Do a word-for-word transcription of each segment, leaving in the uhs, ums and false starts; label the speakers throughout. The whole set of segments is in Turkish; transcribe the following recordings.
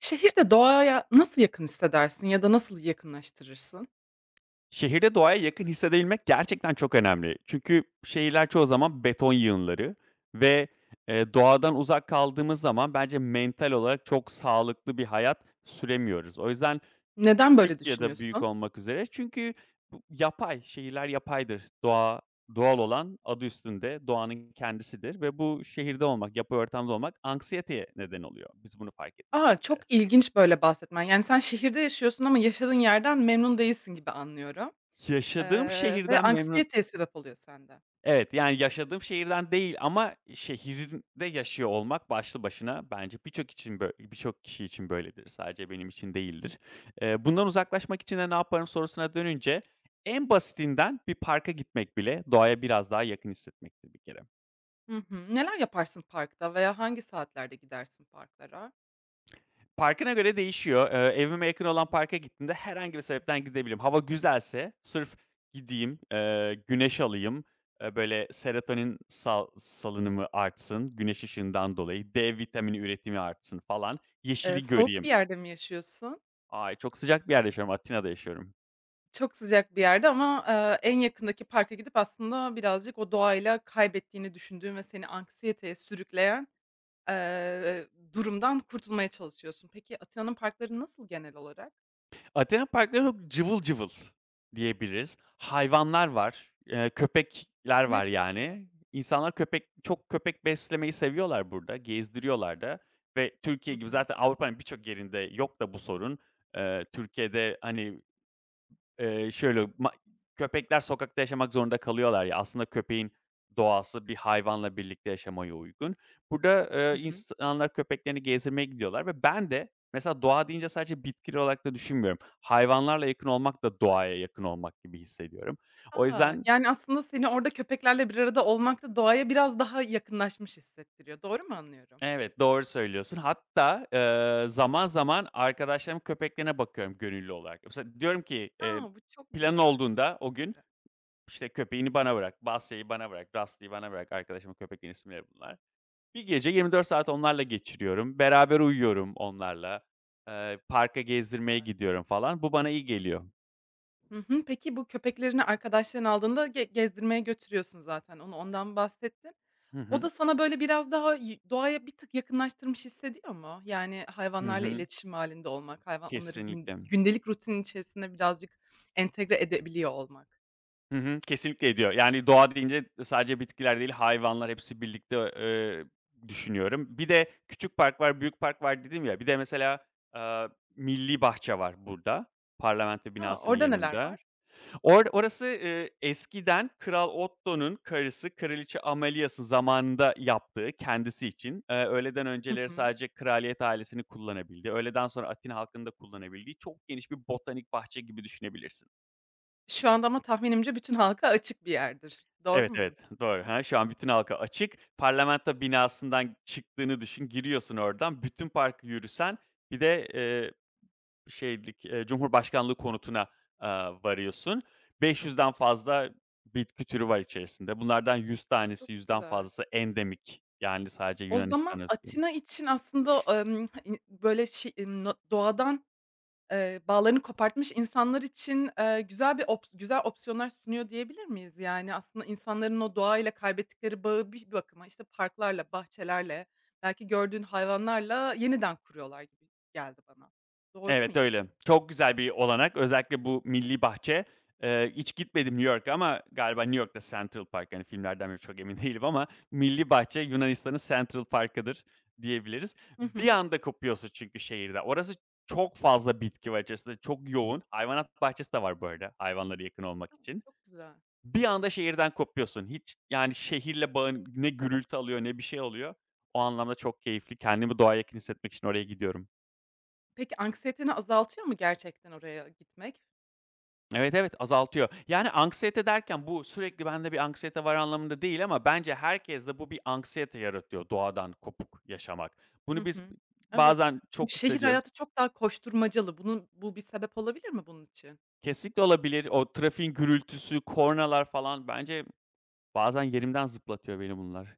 Speaker 1: Şehirde doğaya nasıl yakın hissedersin ya da nasıl yakınlaştırırsın?
Speaker 2: Şehirde doğaya yakın hissedebilmek gerçekten çok önemli. Çünkü şehirler çoğu zaman beton yığınları ve, eee, doğadan uzak kaldığımız zaman bence mental olarak çok sağlıklı bir hayat süremiyoruz. O yüzden
Speaker 1: Neden
Speaker 2: küçük
Speaker 1: böyle
Speaker 2: ya da büyük
Speaker 1: düşünüyorsun?
Speaker 2: olmak üzere çünkü bu yapay, şehirler yapaydır. Doğa, doğal olan adı üstünde doğanın kendisidir ve bu şehirde olmak, yapay ortamda olmak anksiyeteye neden oluyor biz bunu fark
Speaker 1: A!
Speaker 2: etmesek.
Speaker 1: Çok ilginç böyle bahsetmen. Yani, sen şehirde yaşıyorsun ama yaşadığın yerden memnun değilsin gibi anlıyorum,
Speaker 2: Yaşadığım
Speaker 1: eee, ve
Speaker 2: şehirden memnun.
Speaker 1: anksiyeteye sebep oluyor sende.
Speaker 2: Evet, yani yaşadığım şehirden değil ama şehirde yaşıyor olmak başlı başına bence birçok için bö birçok kişi için böyledir. Sadece benim için değildir. Eee, bundan uzaklaşmak için de ne yaparım sorusuna dönünce en basitinden bir parka gitmek bile doğaya biraz daha yakın hissetmektir bir kere.
Speaker 1: Hı hı. Neler yaparsın parkta veya hangi saatlerde gidersin parklara?
Speaker 2: Parkına göre değişiyor. Eee, evime yakın
Speaker 1: Hı
Speaker 2: olan
Speaker 1: hı.
Speaker 2: parka gittiğimde herhangi bir sebepten gidebilirim. Hava güzelse sırf gideyim, eee, güneş alayım, eee, böyle serotonin sal salınımı artsın güneş ışığından dolayı, D vitamini üretimi artsın falan,
Speaker 1: Eee,
Speaker 2: yeşili
Speaker 1: soğuk
Speaker 2: göreyim.
Speaker 1: bir yerde mi yaşıyorsun?
Speaker 2: Ay, çok sıcak bir yerde yaşıyorum, Atina'da yaşıyorum.
Speaker 1: Çok sıcak bir yerde ama, eee, en yakındaki parka gidip aslında birazcık o doğayla kaybettiğini düşündüğün ve seni anksiyeteye sürükleyen Eee, durumdan kurtulmaya çalışıyorsun. Peki Atina'nın parkları nasıl genel olarak?
Speaker 2: Atina parkları çok cıvıl cıvıl diyebiliriz. Hayvanlar var, eee, köpekler
Speaker 1: Ne
Speaker 2: var
Speaker 1: Evet, evet.
Speaker 2: yani. İnsanlar köpek çok köpek beslemeyi seviyorlar burada, gezdiriyorlar da ve
Speaker 1: Hı
Speaker 2: Türkiye gibi
Speaker 1: hı.
Speaker 2: zaten Avrupa'nın birçok yerinde yok da bu sorun. Eee, Türkiye'de, hani, Eee, şöyle, ma köpekler sokakta yaşamak zorunda kalıyorlar ya, aslında köpeğin doğası bir hayvanla birlikte yaşamaya uygun. Burada,
Speaker 1: Hı
Speaker 2: eee,
Speaker 1: hı.
Speaker 2: insanlar köpeklerini gezdirmeye gidiyorlar ve ben de mesela doğa deyince sadece bitkiler olarak da düşünmüyorum. Hayvanlarla yakın olmak da doğaya yakın olmak gibi hissediyorum. O
Speaker 1: A!
Speaker 2: yüzden
Speaker 1: Yani aslında seni orada köpeklerle bir arada olmak da doğaya biraz daha yakınlaşmış hissettiriyor. Doğru mu anlıyorum?
Speaker 2: evet, doğru söylüyorsun. Hatta, eee, zaman zaman arkadaşlarımın köpeklerine bakıyorum gönüllü olarak. Mesela diyorum ki, eee,
Speaker 1: A! Bu çok
Speaker 2: planın
Speaker 1: güzel, çok
Speaker 2: olduğunda o gün
Speaker 1: güzel,
Speaker 2: İşte, köpeğini bana bırak, Basya'yı bana bırak, Rusty'yi bana bırak. Arkadaşımın köpeklerin isimleri bunlar. Bir gece yirmi dört saat onlarla geçiriyorum. Beraber uyuyorum onlarla. Eee, parka
Speaker 1: çok
Speaker 2: gezdirmeye
Speaker 1: güzel.
Speaker 2: gidiyorum falan. Bu bana iyi geliyor.
Speaker 1: Hı hı. Peki bu köpeklerini arkadaşların aldığında ge gezdirmeye götürüyorsun zaten. Onu ondan bahsettin.
Speaker 2: Hı hı.
Speaker 1: O da sana böyle biraz daha y doğaya bir tık yakınlaştırmış hissediyor mu? Yani
Speaker 2: Hı
Speaker 1: hayvanlarla
Speaker 2: hı.
Speaker 1: iletişim halinde olmak, hayvan onları gün
Speaker 2: Kesinlikle.
Speaker 1: gündelik rutinin içerisine birazcık entegre edebiliyor olmak.
Speaker 2: Hı hı. Kesinlikle ediyor. Yani doğa deyince sadece bitkiler değil, hayvanlar hepsi birlikte, eee, düşünüyorum. Bir de küçük park var, büyük park var dedim ya. Bir de mesela, eee, milli bahçe var burada, parlamento
Speaker 1: A!
Speaker 2: binasının
Speaker 1: Orada neler
Speaker 2: yanında.
Speaker 1: var?
Speaker 2: Or orası, eee, eskiden Kral Otto'nun karısı Kraliçe Amalias'ın zamanında yaptığı kendisi için, eee, öğleden
Speaker 1: Hı
Speaker 2: önceleri
Speaker 1: hı.
Speaker 2: sadece kraliyet ailesini kullanabildi, öğleden sonra Atina halkının da kullanabildiği çok geniş bir botanik bahçe gibi düşünebilirsin.
Speaker 1: Şu anda ama tahminimce bütün halka açık bir yerdir. Doğru
Speaker 2: Evet, evet,
Speaker 1: muyum?
Speaker 2: doğru. Hı Şu an bütün halka açık. Parlamento binasından çıktığını düşün, giriyorsun oradan, bütün parkı yürüsen bir de, şeylik, eee, Cumhurbaşkanlığı konutuna, aaa, varıyorsun. beş yüzden fazla bitki türü var içerisinde. Bunlardan yüz
Speaker 1: Çok
Speaker 2: tanesi, yüzden
Speaker 1: güzel.
Speaker 2: fazlası endemik. Yani sadece
Speaker 1: O
Speaker 2: Yunanistan
Speaker 1: zaman
Speaker 2: özgü.
Speaker 1: Atina için aslında, emm, hani, böyle şey, emm, no doğadan Eee, bağlarını kopartmış insanlar için, eee, güzel bir ops güzel opsiyonlar sunuyor diyebilir miyiz? Yani, aslında insanların o doğayla kaybettikleri bağı bir bakıma, işte, parklarla, bahçelerle, belki gördüğün hayvanlarla yeniden kuruyorlar gibi geldi bana. Doğru
Speaker 2: Evet,
Speaker 1: muyum?
Speaker 2: öyle. Çok güzel bir olanak. Özellikle bu milli bahçe. Eee, hiç gitmedim New York'a ama galiba New York'ta Central Park, hani, filmlerden beri çok emin değilim ama milli bahçe Yunanistan'ın Central Park'ıdır diyebiliriz.
Speaker 1: Hı
Speaker 2: Bir
Speaker 1: hı.
Speaker 2: anda kopuyorsun çünkü şehirde. Orası çok fazla bitki var içerisinde, çok yoğun. Hayvanat bahçesi de var bu arada hayvanlara yakın olmak
Speaker 1: Tamam,
Speaker 2: için.
Speaker 1: çok güzel.
Speaker 2: Bir anda şehirden kopuyorsun. Hiç, yani, şehirle bağın ne gürültü alıyor ne bir şey alıyor. O anlamda çok keyifli. Kendimi doğaya yakın hissetmek için oraya gidiyorum.
Speaker 1: Peki anksiyeteni azaltıyor mu gerçekten oraya gitmek?
Speaker 2: Evet, evet, azaltıyor. Yani anksiyete derken bu sürekli bende bir anksiyete var anlamında değil ama bence herkeste bu bir anksiyete yaratıyor doğadan kopuk yaşamak. Bunu
Speaker 1: Hı
Speaker 2: biz
Speaker 1: hı. Evet.
Speaker 2: bazen
Speaker 1: Çünkü
Speaker 2: çok
Speaker 1: şehir
Speaker 2: hissediyoruz.
Speaker 1: hayatı çok daha koşturmacalı. Bunun bu bir sebep olabilir mi bunun için?
Speaker 2: Kesinlikle olabilir. O trafiğin gürültüsü, kornalar falan bence bazen yerimden zıplatıyor beni bunlar.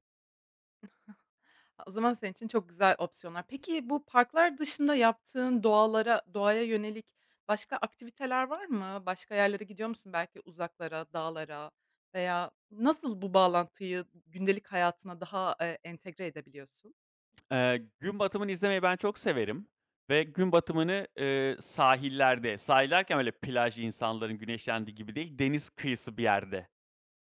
Speaker 1: Ha, o zaman senin için çok güzel opsiyonlar. Peki bu parklar dışında yaptığın doğalara doğaya yönelik başka aktiviteler var mı? Başka yerlere gidiyor musun belki uzaklara, dağlara veya nasıl bu bağlantıyı gündelik hayatına daha, eee, entegre edebiliyorsun?
Speaker 2: Eee, gün batımını izlemeyi ben çok severim ve gün batımını, eee, sahillerde, sahil öyle plaj, insanların güneşlendiği gibi değil, deniz kıyısı bir yerde.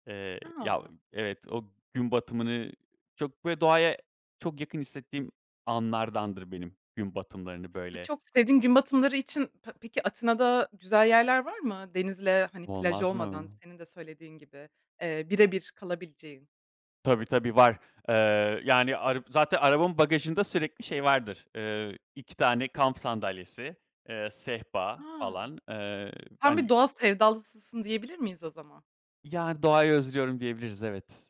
Speaker 2: Eee, ya,
Speaker 1: A!
Speaker 2: evet, o gün batımını çok böyle doğaya çok yakın hissettiğim anlardandır benim gün batımlarını
Speaker 1: Bu
Speaker 2: böyle.
Speaker 1: çok sevdiğin gün batımları için pe peki Atina'da güzel yerler var mı? Denizle, hani, plaj
Speaker 2: Olmaz
Speaker 1: olmadan
Speaker 2: mı?
Speaker 1: senin de söylediğin gibi, eee, bire kalabileceğin.
Speaker 2: Tabii, tabii var. Eee, yani arab zaten arabamın bagajında sürekli şey vardır. Eee, iki tane kamp sandalyesi, eee, sehpa
Speaker 1: A!
Speaker 2: falan. Eee,
Speaker 1: Tam bir
Speaker 2: hani,
Speaker 1: doğa sevdalısısın diyebilir miyiz o zaman?
Speaker 2: yani, doğayı özlüyorum diyebiliriz, evet.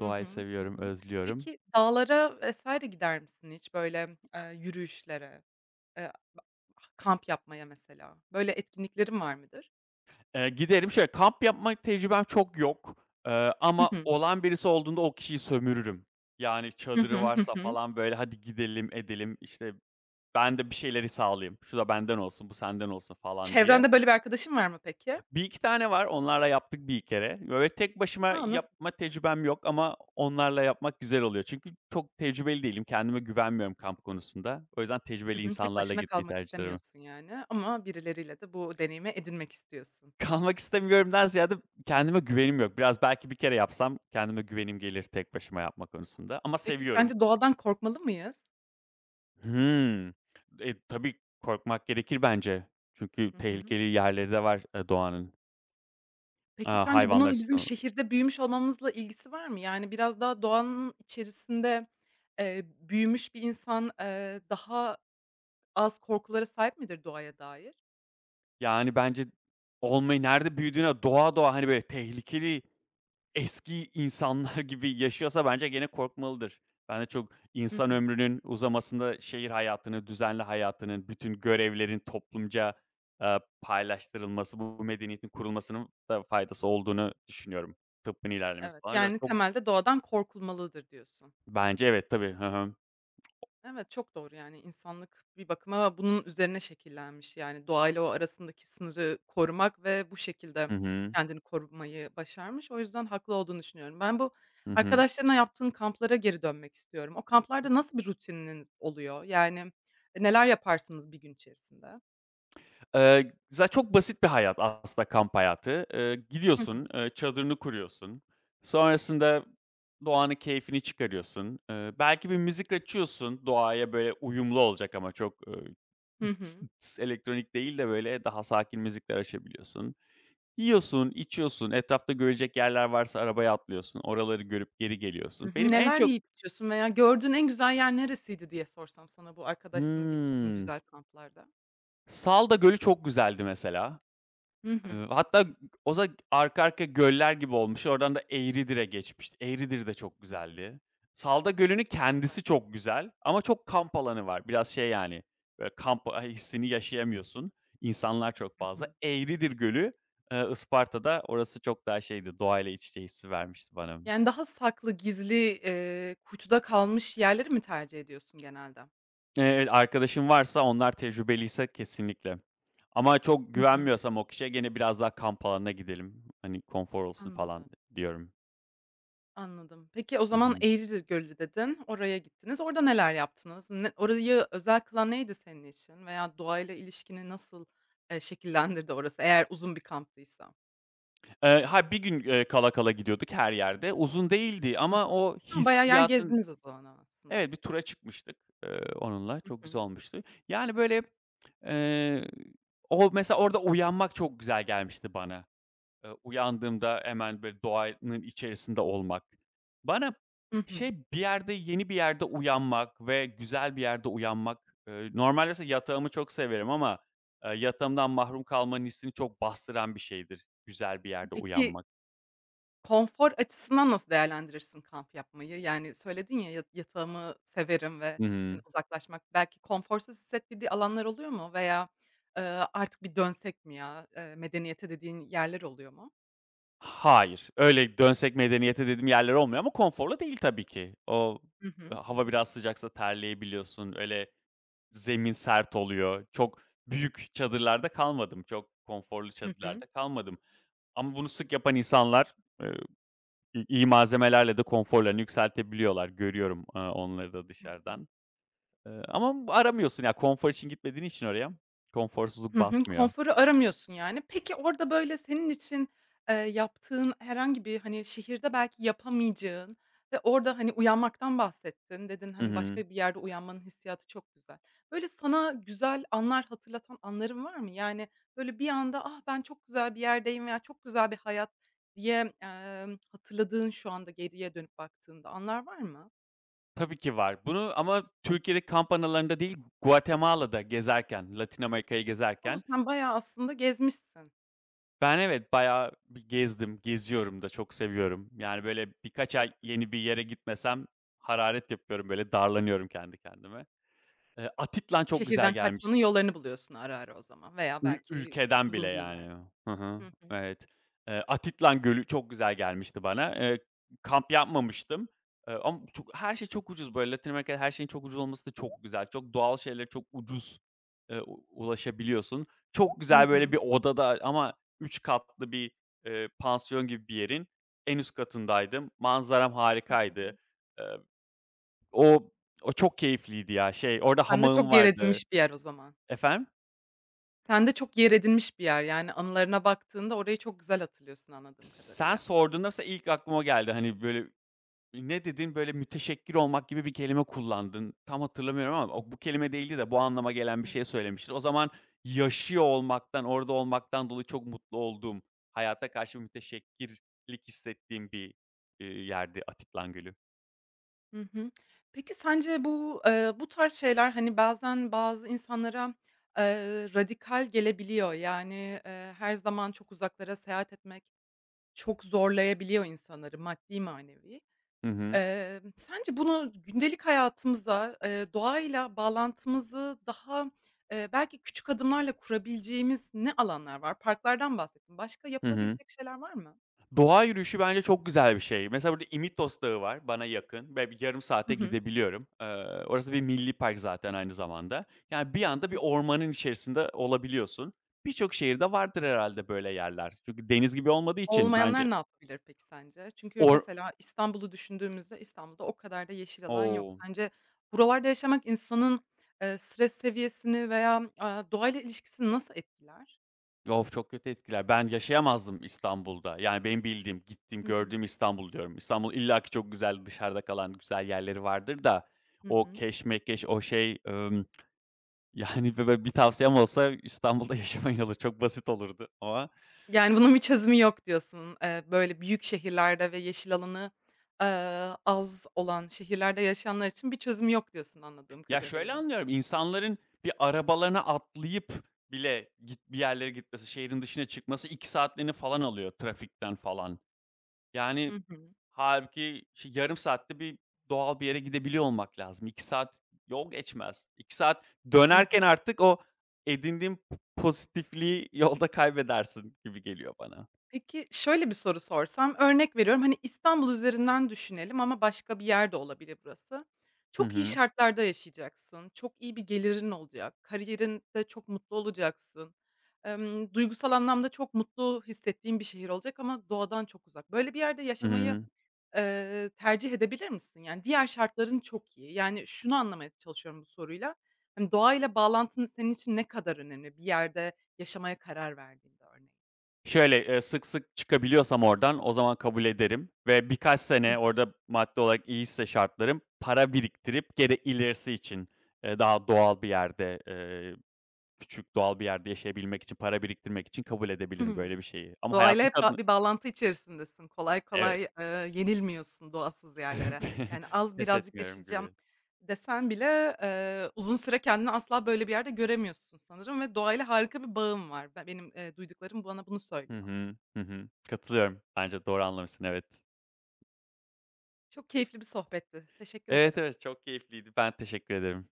Speaker 1: Hı hı. Hı
Speaker 2: seviyorum,
Speaker 1: hı.
Speaker 2: özlüyorum.
Speaker 1: Peki dağlara vesaire gider misin hiç? Böyle, eee, yürüyüşlere, eee, kamp yapmaya mesela? Böyle etkinliklerin var mıdır?
Speaker 2: Eee, giderim. Şöyle, kamp yapma tecrübem çok yok, eee,
Speaker 1: Hı
Speaker 2: ama
Speaker 1: hı.
Speaker 2: olan birisi olduğunda o kişiyi sömürürüm. Yani
Speaker 1: Hı hı.
Speaker 2: çadırı
Speaker 1: Hı
Speaker 2: varsa
Speaker 1: hı.
Speaker 2: falan, böyle, "Hadi gidelim, edelim." İşte, ben de bir şeyleri sağlayayım. "Şu da benden olsun, bu senden olsun." falan diye.
Speaker 1: Çevrende böyle bir arkadaşın var mı peki?
Speaker 2: Bir iki tane var, onlarla yaptık bir kere. Böyle, tek başıma
Speaker 1: A, nasıl
Speaker 2: yapma
Speaker 1: geçti?
Speaker 2: tecrübem yok ama onlarla yapmak güzel oluyor. Çünkü çok tecrübeli değilim, kendime güvenmiyorum kamp konusunda. O yüzden
Speaker 1: Hı
Speaker 2: tecrübeli
Speaker 1: hı. Tek
Speaker 2: insanlarla
Speaker 1: başına
Speaker 2: gitmeyi
Speaker 1: kalmak
Speaker 2: tercih ederim.
Speaker 1: istemiyorsun yani ama birileriyle de bu deneyimi edinmek istiyorsun.
Speaker 2: Kalmak istemiyorumdan ziyade kendime güvenim yok. Biraz belki bir kere yapsam kendime güvenim gelir tek başıma yapma konusunda ama
Speaker 1: Peki
Speaker 2: seviyorum.
Speaker 1: sence doğadan korkmalı mıyız?
Speaker 2: Hımm. E, tabii korkmak gerekir bence. Çünkü
Speaker 1: Hı hı.
Speaker 2: tehlikeli yerleri de var, eee, doğanın,
Speaker 1: Peki,
Speaker 2: aaa,
Speaker 1: sence
Speaker 2: hayvanlar
Speaker 1: bunun bizim
Speaker 2: açısından.
Speaker 1: şehirde büyümüş olmamızla ilgisi var mı? Yani, biraz daha doğanın içerisinde, eee, büyümüş bir insan, eee, daha az korkulara sahip midir doğaya dair?
Speaker 2: Yani, bence olmayı nerede büyüdüğüne doğa doğa, hani, böyle tehlikeli. Eski insanlar gibi yaşıyorsa bence gene korkmalıdır. Ben de çok
Speaker 1: Hı
Speaker 2: insan
Speaker 1: hı.
Speaker 2: ömrünün uzamasında şehir hayatının, düzenli hayatının, bütün görevlerin toplumca, eee, paylaştırılması, bu medeniyetin kurulmasının da faydası olduğunu düşünüyorum. Tıbbın ilerlemesi
Speaker 1: Evet.
Speaker 2: falan. O yüzden
Speaker 1: Yani,
Speaker 2: çok
Speaker 1: temelde doğadan korkulmalıdır diyorsun.
Speaker 2: bence evet, tabii. Hı hı.
Speaker 1: Evet, çok doğru, yani, insanlık bir bakıma bunun üzerine şekillenmiş. Yani, doğayla o arasındaki sınırı korumak ve bu şekilde
Speaker 2: Hı hı.
Speaker 1: kendini korumayı başarmış. O yüzden haklı olduğunu düşünüyorum. Ben bu
Speaker 2: Hı hı.
Speaker 1: arkadaşlarına yaptığın kamplara geri dönmek istiyorum. O kamplarda nasıl bir rutininiz oluyor? Yani, e, neler yaparsınız bir gün içerisinde?
Speaker 2: Eee, za Çok basit bir hayat aslında kamp hayatı. Eee,
Speaker 1: Hı
Speaker 2: gidiyorsun,
Speaker 1: hı.
Speaker 2: eee, çadırını kuruyorsun. Sonrasında doğanın keyfini çıkarıyorsun. Eee, belki bir müzik açıyorsun doğaya böyle uyumlu olacak ama çok, eee,
Speaker 1: Hı
Speaker 2: tıs
Speaker 1: hı.
Speaker 2: tıs elektronik değil de böyle daha sakin müzikler açabiliyorsun. Yiyorsun, içiyorsun, etrafta görülecek yerler varsa arabaya atlıyorsun, oraları görüp geri
Speaker 1: Hı
Speaker 2: geliyorsun.
Speaker 1: hı.
Speaker 2: Benim en
Speaker 1: Neler
Speaker 2: çok...
Speaker 1: yiyip içiyorsun veya gördüğün en güzel yer neresiydi diye sorsam sana bu arkadaşlarına geçirdiğin
Speaker 2: Hımm.
Speaker 1: güzel kamplarda?
Speaker 2: Salda Gölü çok güzeldi mesela.
Speaker 1: Hı
Speaker 2: Eee,
Speaker 1: hı.
Speaker 2: hatta o da arka göller gibi olmuş. Oradan da Eğridir'e geçmişti. Eğridir de çok
Speaker 1: Hı hı.
Speaker 2: güzeldi. Salda
Speaker 1: Hepsi
Speaker 2: Gölü'nün
Speaker 1: çok güzel
Speaker 2: kendisi çok
Speaker 1: geliyor.
Speaker 2: güzel ama çok kamp alanı var. Biraz şey yani, böyle kamp a hissini yaşayamıyorsun. İnsanlar çok
Speaker 1: Hı
Speaker 2: fazla.
Speaker 1: hı.
Speaker 2: Eğridir Gölü, eee, Isparta'da. Orası çok daha şeydi, doğayla iç içe hissi vermişti bana.
Speaker 1: Yani, daha saklı, gizli, eee, kuytuda kalmış yerleri mi tercih ediyorsun genelde?
Speaker 2: Eee, arkadaşın varsa, onlar tecrübeliyse kesinlikle. Ama çok
Speaker 1: Hı hı.
Speaker 2: güvenmiyorsam o kişiye gene biraz daha kamp alanına gidelim. Hani konfor olsun falan
Speaker 1: Anladım,
Speaker 2: diyorum.
Speaker 1: anladım. Peki, o
Speaker 2: Hı
Speaker 1: zaman
Speaker 2: hı.
Speaker 1: Eğridir Gölü dedin, oraya gittiniz. Orada neler yaptınız? Ne orayı özel kılan neydi senin için veya doğayla ilişkini nasıl, eee, şekillendirdi orası eğer uzun bir kamptıysa?
Speaker 2: Eee, ha, bir gün, eee, kala kala gidiyorduk her yerde. Uzun değildi
Speaker 1: Hı
Speaker 2: ama
Speaker 1: hı.
Speaker 2: o
Speaker 1: Ha, bayağı yer
Speaker 2: hissiyatın...
Speaker 1: gezdiniz o zaman aslında.
Speaker 2: Evet, bir tura çıkmıştık, eee, onunla.
Speaker 1: Hı
Speaker 2: Çok
Speaker 1: hı.
Speaker 2: güzel olmuştu. Yani, böyle, eee, o mesela orada uyanmak çok güzel gelmişti bana. Eee, uyandığımda hemen, böyle, doğanın içerisinde olmak. Bana
Speaker 1: Hı hı.
Speaker 2: şey, bir yerde, yeni bir yerde uyanmak ve güzel bir yerde uyanmak, eee, normalde mesela yatağımı çok severim ama, eee, yatağımdan mahrum kalmanın hissini çok bastıran bir şeydir, güzel bir yerde
Speaker 1: Peki
Speaker 2: uyanmak.
Speaker 1: Konfor açısından nasıl değerlendirirsin kamp yapmayı? Yani, söyledin ya, "Ya yatağımı severim ve,
Speaker 2: Hı hı.
Speaker 1: hani, uzaklaşmak" belki konforsuz hissettirdiği alanlar oluyor mu veya, eee, "Artık bir dönsek mi ya?" eee, medeniyete dediğin yerler oluyor mu?
Speaker 2: Hayır, öyle dönsek medeniyete dediğim yerler olmuyor ama konforlu değil tabii ki. O
Speaker 1: Hı
Speaker 2: e,
Speaker 1: hı. Hı
Speaker 2: hava
Speaker 1: hı.
Speaker 2: biraz sıcaksa terleyebiliyorsun, öyle zemin sert oluyor. Çok büyük çadırlarda kalmadım, çok konforlu
Speaker 1: Hı hı.
Speaker 2: çadırlarda kalmadım ama bunu sık yapan insanlar, eee, i iyi malzemelerle de konforlarını yükseltebiliyorlar. Görüyorum, eee, onları da
Speaker 1: Hı hı.
Speaker 2: dışarıdan. Eee, ama aramıyorsun ya konfor için gitmediğin için oraya konforsuzluk
Speaker 1: Hı hı,
Speaker 2: batmıyor.
Speaker 1: konforu aramıyorsun yani. Peki orada, böyle, senin için, eee, yaptığın herhangi bir, hani, şehirde belki yapamayacağın ve orada, hani, uyanmaktan bahsettin. Dedin,
Speaker 2: Hı
Speaker 1: hani,
Speaker 2: hı.
Speaker 1: başka bir yerde uyanmanın hissiyatı çok güzel. Böyle, sana güzel anlar hatırlatan anların var mı? Yani, böyle, bir anda, "Ah, ben çok güzel bir yerdeyim." veya "Çok güzel bir hayat." diye, emm, hatırladığın şu anda geriye dönüp baktığında anlar var mı?
Speaker 2: Tabii ki var. Bunu ama Türkiye'deki kamp alanlarında değil, Guatemala'da gezerken, Latin Amerika'yı
Speaker 1: O,
Speaker 2: gezerken
Speaker 1: sen bayağı aslında gezmişsin.
Speaker 2: ben evet bayağı bir gezdim, geziyorum da çok seviyorum. Yani, böyle, birkaç
Speaker 1: Çok
Speaker 2: ay
Speaker 1: güzel.
Speaker 2: yeni bir yere gitmesem hararet yapıyorum, böyle, darlanıyorum kendi kendime. Eee, Atitlan çok güzel
Speaker 1: Şehirden kaçmanın
Speaker 2: gelmişti.
Speaker 1: yollarını buluyorsun ara ara o zaman veya
Speaker 2: Ül
Speaker 1: belki
Speaker 2: ülkeden bile
Speaker 1: bulunduğun
Speaker 2: yani.
Speaker 1: yerden.
Speaker 2: Hı hı.
Speaker 1: Hı hı.
Speaker 2: Evet. Eee, Atitlan Gölü çok güzel gelmişti bana. Eee, kamp yapmamıştım. Eee, ama çok her şey çok ucuz böyle Latin Amerika'da her şeyin çok ucuz olması da çok güzel. Çok doğal şeylere çok ucuz, eee, u ulaşabiliyorsun. Çok
Speaker 1: Hı
Speaker 2: güzel böyle bir
Speaker 1: hı.
Speaker 2: odada ama üç katlı bir, eee, pansiyon gibi bir yerin en üst katındaydım. Manzaram
Speaker 1: Hı
Speaker 2: harikaydı.
Speaker 1: hı.
Speaker 2: Eee, o o çok keyifliydi ya. Şey, orada
Speaker 1: Sende
Speaker 2: hamağım
Speaker 1: çok yer
Speaker 2: vardı.
Speaker 1: edinmiş bir yer o zaman.
Speaker 2: Efendim?
Speaker 1: Sende çok yer edinmiş bir yer, yani, anılarına baktığında orayı çok güzel hatırlıyorsun anladığım
Speaker 2: Sen
Speaker 1: kadarıyla.
Speaker 2: sorduğunda mesela ilk aklıma geldi. Hani, böyle, ne dedin? Böyle, "Müteşekkir olmak" gibi bir kelime kullandın. Tam hatırlamıyorum ama o bu kelime değildi de bu anlama gelen bir
Speaker 1: Evet.
Speaker 2: şey söylemiştin. O zaman yaşıyor olmaktan, orada olmaktan dolayı çok mutlu olduğum, hayata karşı bir müteşekkirlik hissettiğim bir, eee, yerdi Atiklan Gölü.
Speaker 1: Hı hı. Peki sence bu, eee, bu tarz şeyler, hani, bazen bazı insanlara, eee, radikal gelebiliyor. Yani, eee, her zaman çok uzaklara seyahat etmek çok zorlayabiliyor insanları maddi manevi.
Speaker 2: Hı hı.
Speaker 1: Emm, sence bunu gündelik hayatımıza, eee, doğayla bağlantımızı daha, eee, belki küçük adımlarla kurabileceğimiz ne alanlar var? Parklardan bahsettin. Başka
Speaker 2: Hı hı.
Speaker 1: yapılabilecek şeyler var mı?
Speaker 2: Doğa yürüyüşü bence çok güzel bir şey. Mesela burada İmitos Dağı var bana yakın ve bir yarım
Speaker 1: Hı
Speaker 2: saate
Speaker 1: hı.
Speaker 2: gidebiliyorum. Eee, orası bir milli park zaten aynı zamanda. Yani bir anda
Speaker 1: Hı
Speaker 2: bir
Speaker 1: hı.
Speaker 2: ormanın içerisinde olabiliyorsun. Birçok şehirde vardır herhalde böyle yerler. Çünkü deniz gibi olmadığı için bence
Speaker 1: Olmayanlar ne yapabilir peki sence? Çünkü
Speaker 2: or
Speaker 1: mesela İstanbul'u düşündüğümüzde İstanbul'da o kadar da yeşil alan yok.
Speaker 2: O!
Speaker 1: Sence buralarda yaşamak insanın, eee, stres seviyesini veya, aaa, doğayla ilişkisini nasıl etkiler?
Speaker 2: Of, çok kötü etkiler. Ben yaşayamazdım İstanbul'da. Yani benim bildiğim, gittiğim,
Speaker 1: Hı hı.
Speaker 2: gördüğüm İstanbul diyorum. İstanbul illaki çok güzel, dışarıda kalan güzel yerleri vardır da
Speaker 1: Hı
Speaker 2: o
Speaker 1: hı.
Speaker 2: keşmekeş, o şey, ımm yani, bi bi bir tavsiyem olsa İstanbul'da yaşamayın olur. Çok basit olurdu ama
Speaker 1: Yani, bunun bir çözümü yok diyorsun. Eee, böyle, büyük şehirlerde ve yeşil alanı, eee, az olan şehirlerde yaşayanlar için bir çözümü yok diyorsun anladığım
Speaker 2: ya, şöyle
Speaker 1: kadarıyla.
Speaker 2: anlıyorum, insanların bir arabalarına atlayıp bile git bir yerlere gitmesi, şehrin dışına çıkması iki saatlerini falan alıyor trafikten falan.
Speaker 1: Hı
Speaker 2: Yani,
Speaker 1: hı.
Speaker 2: halbuki ş yarım saatte bir doğal bir yere gidebiliyor olmak lazım. İki saat yol geçmez. İki saat
Speaker 1: Hı hı.
Speaker 2: dönerken artık o edindiğin pozitifliği yolda kaybedersin gibi geliyor bana.
Speaker 1: Peki, şöyle bir soru sorsam, örnek veriyorum, hani, İstanbul üzerinden düşünelim ama başka bir yerde olabilir burası.
Speaker 2: Hı
Speaker 1: Çok iyi
Speaker 2: hı.
Speaker 1: şartlarda yaşayacaksın, çok iyi bir gelirin olacak, kariyerinde çok mutlu olacaksın, emm, duygusal anlamda çok mutlu hissettiğin bir şehir olacak ama doğadan çok uzak. Böyle bir yerde
Speaker 2: Hı
Speaker 1: yaşamayı
Speaker 2: hı.
Speaker 1: Eee, tercih edebilir misin? Yani, diğer şartların çok iyi. Yani, şunu anlamaya çalışıyorum bu soruyla. Hani, doğayla bağlantın senin için ne kadar önemli bir yerde yaşamaya karar verdiğinde örneğin?
Speaker 2: Şöyle, eee, sık sık çıkabiliyorsam oradan o zaman kabul ederim ve birkaç
Speaker 1: Hı
Speaker 2: sene
Speaker 1: hı.
Speaker 2: orada maddi olarak iyiyse şartlarım, para biriktirip gene ilerisi için, eee, daha doğal bir yerde, eee, küçük doğal bir yerde yaşayabilmek için, para biriktirmek için kabul
Speaker 1: Hı
Speaker 2: edebilirim
Speaker 1: hı.
Speaker 2: böyle bir şeyi. Ama
Speaker 1: Doğayla
Speaker 2: hayatın
Speaker 1: hep ba
Speaker 2: kadını...
Speaker 1: bir bağlantı içerisindesin. Kolay
Speaker 2: Evet.
Speaker 1: kolay, eee, yenilmiyorsun doğasız yerlere. Yani, az
Speaker 2: Pes
Speaker 1: birazcık
Speaker 2: etmiyorum
Speaker 1: yaşayacağım
Speaker 2: gibi.
Speaker 1: desen bile, eee, uzun süre kendini asla böyle bir yerde göremiyorsun sanırım ve doğayla harika bir bağım var. Be benim, eee, duyduklarım bana bunu
Speaker 2: Hı
Speaker 1: söylüyor.
Speaker 2: hı. Hı hı. Katılıyorum. Bence doğru anlamışsın, evet.
Speaker 1: Çok keyifli bir sohbetti. Teşekkür
Speaker 2: Evet,
Speaker 1: ederim.
Speaker 2: evet, çok keyifliydi. Ben teşekkür ederim.